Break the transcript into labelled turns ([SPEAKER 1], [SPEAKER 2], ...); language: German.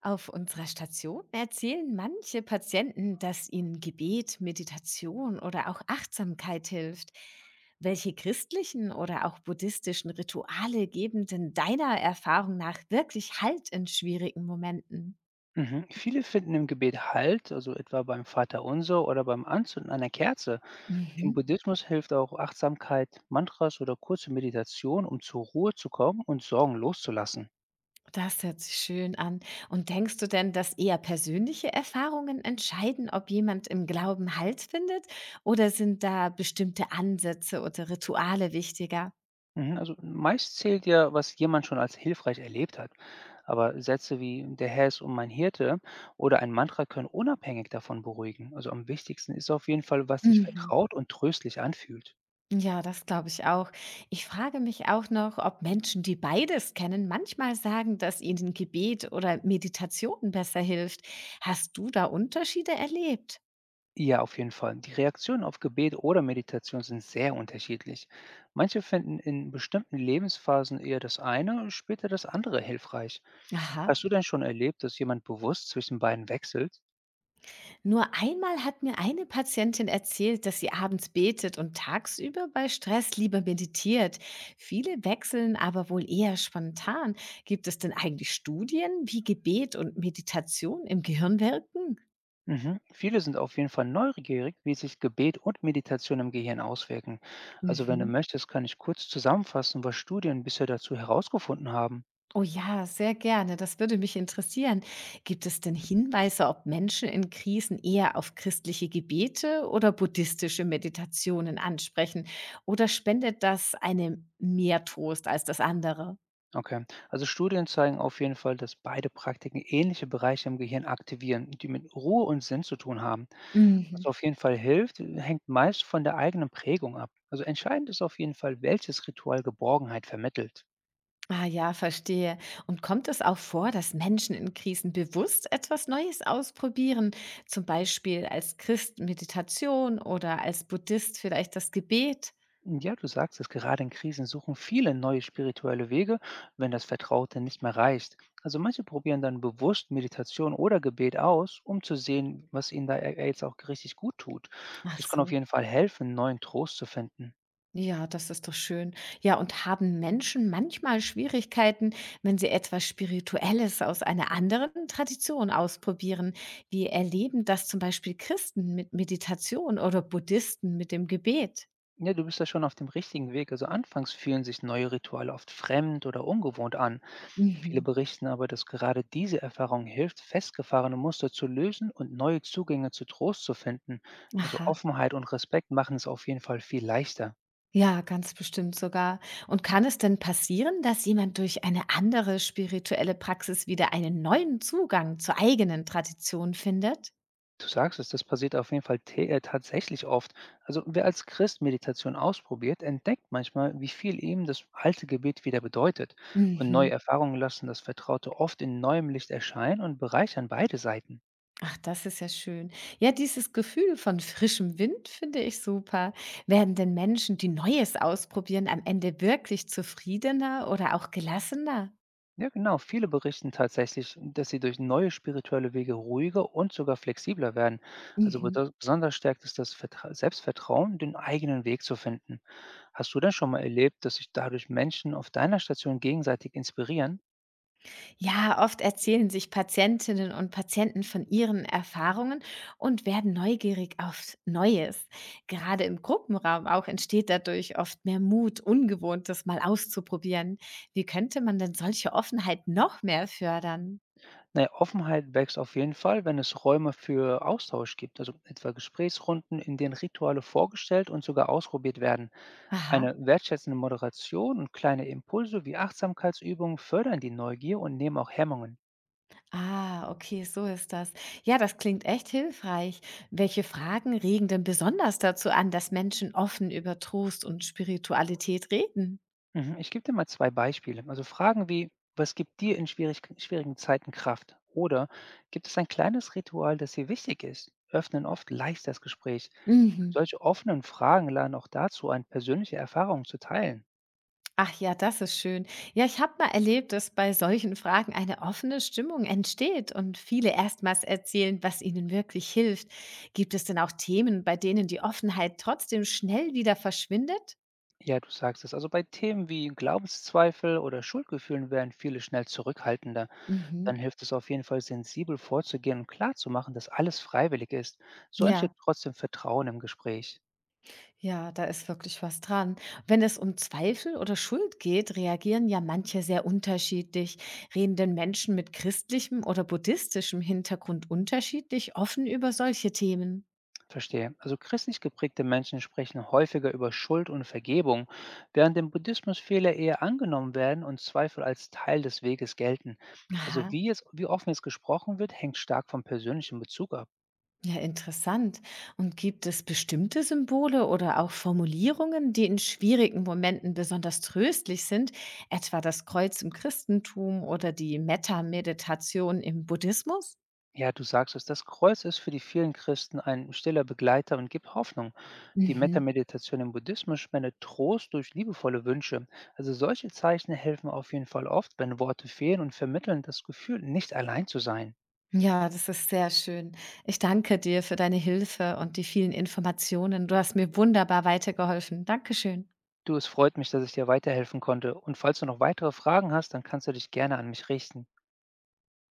[SPEAKER 1] Auf unserer Station erzählen manche Patienten, dass ihnen Gebet, Meditation oder auch Achtsamkeit hilft. Welche christlichen oder auch buddhistischen Rituale geben denn deiner Erfahrung nach wirklich Halt in schwierigen Momenten?
[SPEAKER 2] Mhm. Viele finden im Gebet Halt, also etwa beim Vaterunser oder beim Anzünden einer Kerze. Im
[SPEAKER 1] Mhm.
[SPEAKER 2] Buddhismus hilft auch Achtsamkeit, Mantras oder kurze Meditation, um zur Ruhe zu kommen und Sorgen loszulassen.
[SPEAKER 1] Das hört sich schön an. Und denkst du denn, dass eher persönliche Erfahrungen entscheiden, ob jemand im Glauben Halt findet? Oder sind da bestimmte Ansätze oder Rituale wichtiger?
[SPEAKER 2] Mhm. Also meist zählt ja, was jemand schon als hilfreich erlebt hat. Aber Sätze wie Der Herr ist um mein Hirte oder ein Mantra können unabhängig davon beruhigen. Also am wichtigsten ist auf jeden Fall, was sich
[SPEAKER 1] Mhm.
[SPEAKER 2] vertraut und tröstlich anfühlt.
[SPEAKER 1] Ja, das glaube ich auch. Ich frage mich auch noch, ob Menschen, die beides kennen, manchmal sagen, dass ihnen Gebet oder Meditation besser hilft. Hast du da Unterschiede erlebt?
[SPEAKER 2] Ja, auf jeden Fall. Die Reaktionen auf Gebet oder Meditation sind sehr unterschiedlich. Manche finden in bestimmten Lebensphasen eher das eine, später das andere hilfreich.
[SPEAKER 1] Aha.
[SPEAKER 2] Hast du denn schon erlebt, dass jemand bewusst zwischen beiden wechselt?
[SPEAKER 1] Nur einmal hat mir eine Patientin erzählt, dass sie abends betet und tagsüber bei Stress lieber meditiert. Viele wechseln aber wohl eher spontan. Gibt es denn eigentlich Studien, wie Gebet und Meditation im Gehirn wirken?
[SPEAKER 2] Mhm. Viele sind auf jeden Fall neugierig, wie sich Gebet und Meditation im Gehirn auswirken. Also wenn du
[SPEAKER 1] Mhm.
[SPEAKER 2] möchtest, kann ich kurz zusammenfassen, was Studien bisher dazu herausgefunden haben.
[SPEAKER 1] Oh ja, sehr gerne. Das würde mich interessieren. Gibt es denn Hinweise, ob Menschen in Krisen eher auf christliche Gebete oder buddhistische Meditationen ansprechen? Oder spendet das einem mehr Trost als das andere?
[SPEAKER 2] Okay, also Studien zeigen auf jeden Fall, dass beide Praktiken ähnliche Bereiche im Gehirn aktivieren, die mit Ruhe und Sinn zu tun haben. Was
[SPEAKER 1] Mhm.
[SPEAKER 2] auf jeden Fall hilft, hängt meist von der eigenen Prägung ab. Also entscheidend ist auf jeden Fall, welches Ritual Geborgenheit vermittelt.
[SPEAKER 1] Ah ja, verstehe. Und kommt es auch vor, dass Menschen in Krisen bewusst etwas Neues ausprobieren? Zum Beispiel als Christ Meditation oder als Buddhist vielleicht das Gebet?
[SPEAKER 2] Ja, du sagst es, gerade in Krisen suchen viele neue spirituelle Wege, wenn das Vertraute nicht mehr reicht. Also manche probieren dann bewusst Meditation oder Gebet aus, um zu sehen, was ihnen da jetzt auch richtig gut tut.
[SPEAKER 1] Ach
[SPEAKER 2] Das kann auf
[SPEAKER 1] so.
[SPEAKER 2] jeden Fall helfen, neuen Trost zu finden.
[SPEAKER 1] Ja, das ist doch schön. Ja, und haben Menschen manchmal Schwierigkeiten, wenn sie etwas Spirituelles aus einer anderen Tradition ausprobieren? Wie erleben das zum Beispiel Christen mit Meditation oder Buddhisten mit dem Gebet?
[SPEAKER 2] Ja, du bist da schon auf dem richtigen Weg. Also anfangs fühlen sich neue Rituale oft fremd oder ungewohnt an. Viele
[SPEAKER 1] Mhm.
[SPEAKER 2] berichten aber, dass gerade diese Erfahrung hilft, festgefahrene Muster zu lösen und neue Zugänge zu Trost zu finden. Also
[SPEAKER 1] Aha.
[SPEAKER 2] Offenheit und Respekt machen es auf jeden Fall viel leichter.
[SPEAKER 1] Ja, ganz bestimmt sogar. Und kann es denn passieren, dass jemand durch eine andere spirituelle Praxis wieder einen neuen Zugang zur eigenen Tradition findet?
[SPEAKER 2] Du sagst es, das passiert auf jeden Fall tatsächlich oft. Also wer als Christ Meditation ausprobiert, entdeckt manchmal, wie viel ihm das alte Gebet wieder bedeutet. Und neue
[SPEAKER 1] Mhm.
[SPEAKER 2] Erfahrungen lassen das Vertraute oft in neuem Licht erscheinen und bereichern beide Seiten.
[SPEAKER 1] Ach, das ist ja schön. Ja, dieses Gefühl von frischem Wind finde ich super. Werden denn Menschen, die Neues ausprobieren, am Ende wirklich zufriedener oder auch gelassener?
[SPEAKER 2] Ja, genau. Viele berichten tatsächlich, dass sie durch neue spirituelle Wege ruhiger und sogar flexibler werden. Also
[SPEAKER 1] Mhm.
[SPEAKER 2] besonders stärkt es das Vertra Selbstvertrauen, den eigenen Weg zu finden. Hast du denn schon mal erlebt, dass sich dadurch Menschen auf deiner Station gegenseitig inspirieren?
[SPEAKER 1] Ja, oft erzählen sich Patientinnen und Patienten von ihren Erfahrungen und werden neugierig auf Neues. Gerade im Gruppenraum auch entsteht dadurch oft mehr Mut, Ungewohntes mal auszuprobieren. Wie könnte man denn solche Offenheit noch mehr fördern?
[SPEAKER 2] Naja, Offenheit wächst auf jeden Fall, wenn es Räume für Austausch gibt, also etwa Gesprächsrunden, in denen Rituale vorgestellt und sogar ausprobiert werden.
[SPEAKER 1] Aha.
[SPEAKER 2] Eine wertschätzende Moderation und kleine Impulse wie Achtsamkeitsübungen fördern die Neugier und nehmen auch Hemmungen.
[SPEAKER 1] Ah, okay, so ist das. Ja, das klingt echt hilfreich. Welche Fragen regen denn besonders dazu an, dass Menschen offen über Trost und Spiritualität reden?
[SPEAKER 2] Mhm, ich gebe dir mal 2 Beispiele. Also Fragen wie: „Was gibt dir in schwierigen Zeiten Kraft?“ oder „Gibt es ein kleines Ritual, das dir wichtig ist?“ öffnen oft leicht das Gespräch.
[SPEAKER 1] Mhm.
[SPEAKER 2] Solche offenen Fragen laden auch dazu ein, persönliche Erfahrungen zu teilen.
[SPEAKER 1] Ach ja, das ist schön. Ja, ich habe mal erlebt, dass bei solchen Fragen eine offene Stimmung entsteht und viele erstmals erzählen, was ihnen wirklich hilft. Gibt es denn auch Themen, bei denen die Offenheit trotzdem schnell wieder verschwindet?
[SPEAKER 2] Ja, du sagst es. Also bei Themen wie Glaubenszweifel oder Schuldgefühlen werden viele schnell zurückhaltender. Dann
[SPEAKER 1] Mhm.
[SPEAKER 2] hilft es auf jeden Fall, sensibel vorzugehen und klarzumachen, dass alles freiwillig ist. So entsteht
[SPEAKER 1] Ja.
[SPEAKER 2] trotzdem Vertrauen im Gespräch.
[SPEAKER 1] Ja, da ist wirklich was dran. Wenn es um Zweifel oder Schuld geht, reagieren ja manche sehr unterschiedlich. Reden denn Menschen mit christlichem oder buddhistischem Hintergrund unterschiedlich offen über solche Themen?
[SPEAKER 2] Verstehe. Also christlich geprägte Menschen sprechen häufiger über Schuld und Vergebung, während im Buddhismus Fehler eher angenommen werden und Zweifel als Teil des Weges gelten. Also
[SPEAKER 1] Aha,
[SPEAKER 2] wie offen jetzt gesprochen wird, hängt stark vom persönlichen Bezug ab.
[SPEAKER 1] ja, interessant. Und gibt es bestimmte Symbole oder auch Formulierungen, die in schwierigen Momenten besonders tröstlich sind, etwa das Kreuz im Christentum oder die Metta-Meditation im Buddhismus?
[SPEAKER 2] Ja, du sagst es, das Kreuz ist für die vielen Christen ein stiller Begleiter und gibt Hoffnung. Die
[SPEAKER 1] Mhm.
[SPEAKER 2] Metameditation im Buddhismus spendet Trost durch liebevolle Wünsche. Also solche Zeichen helfen auf jeden Fall oft, wenn Worte fehlen und vermitteln das Gefühl, nicht allein zu sein.
[SPEAKER 1] Ja, das ist sehr schön. Ich danke dir für deine Hilfe und die vielen Informationen. Du hast mir wunderbar weitergeholfen. Dankeschön.
[SPEAKER 2] Du, es freut mich, dass ich dir weiterhelfen konnte. Und falls du noch weitere Fragen hast, dann kannst du dich gerne an mich richten.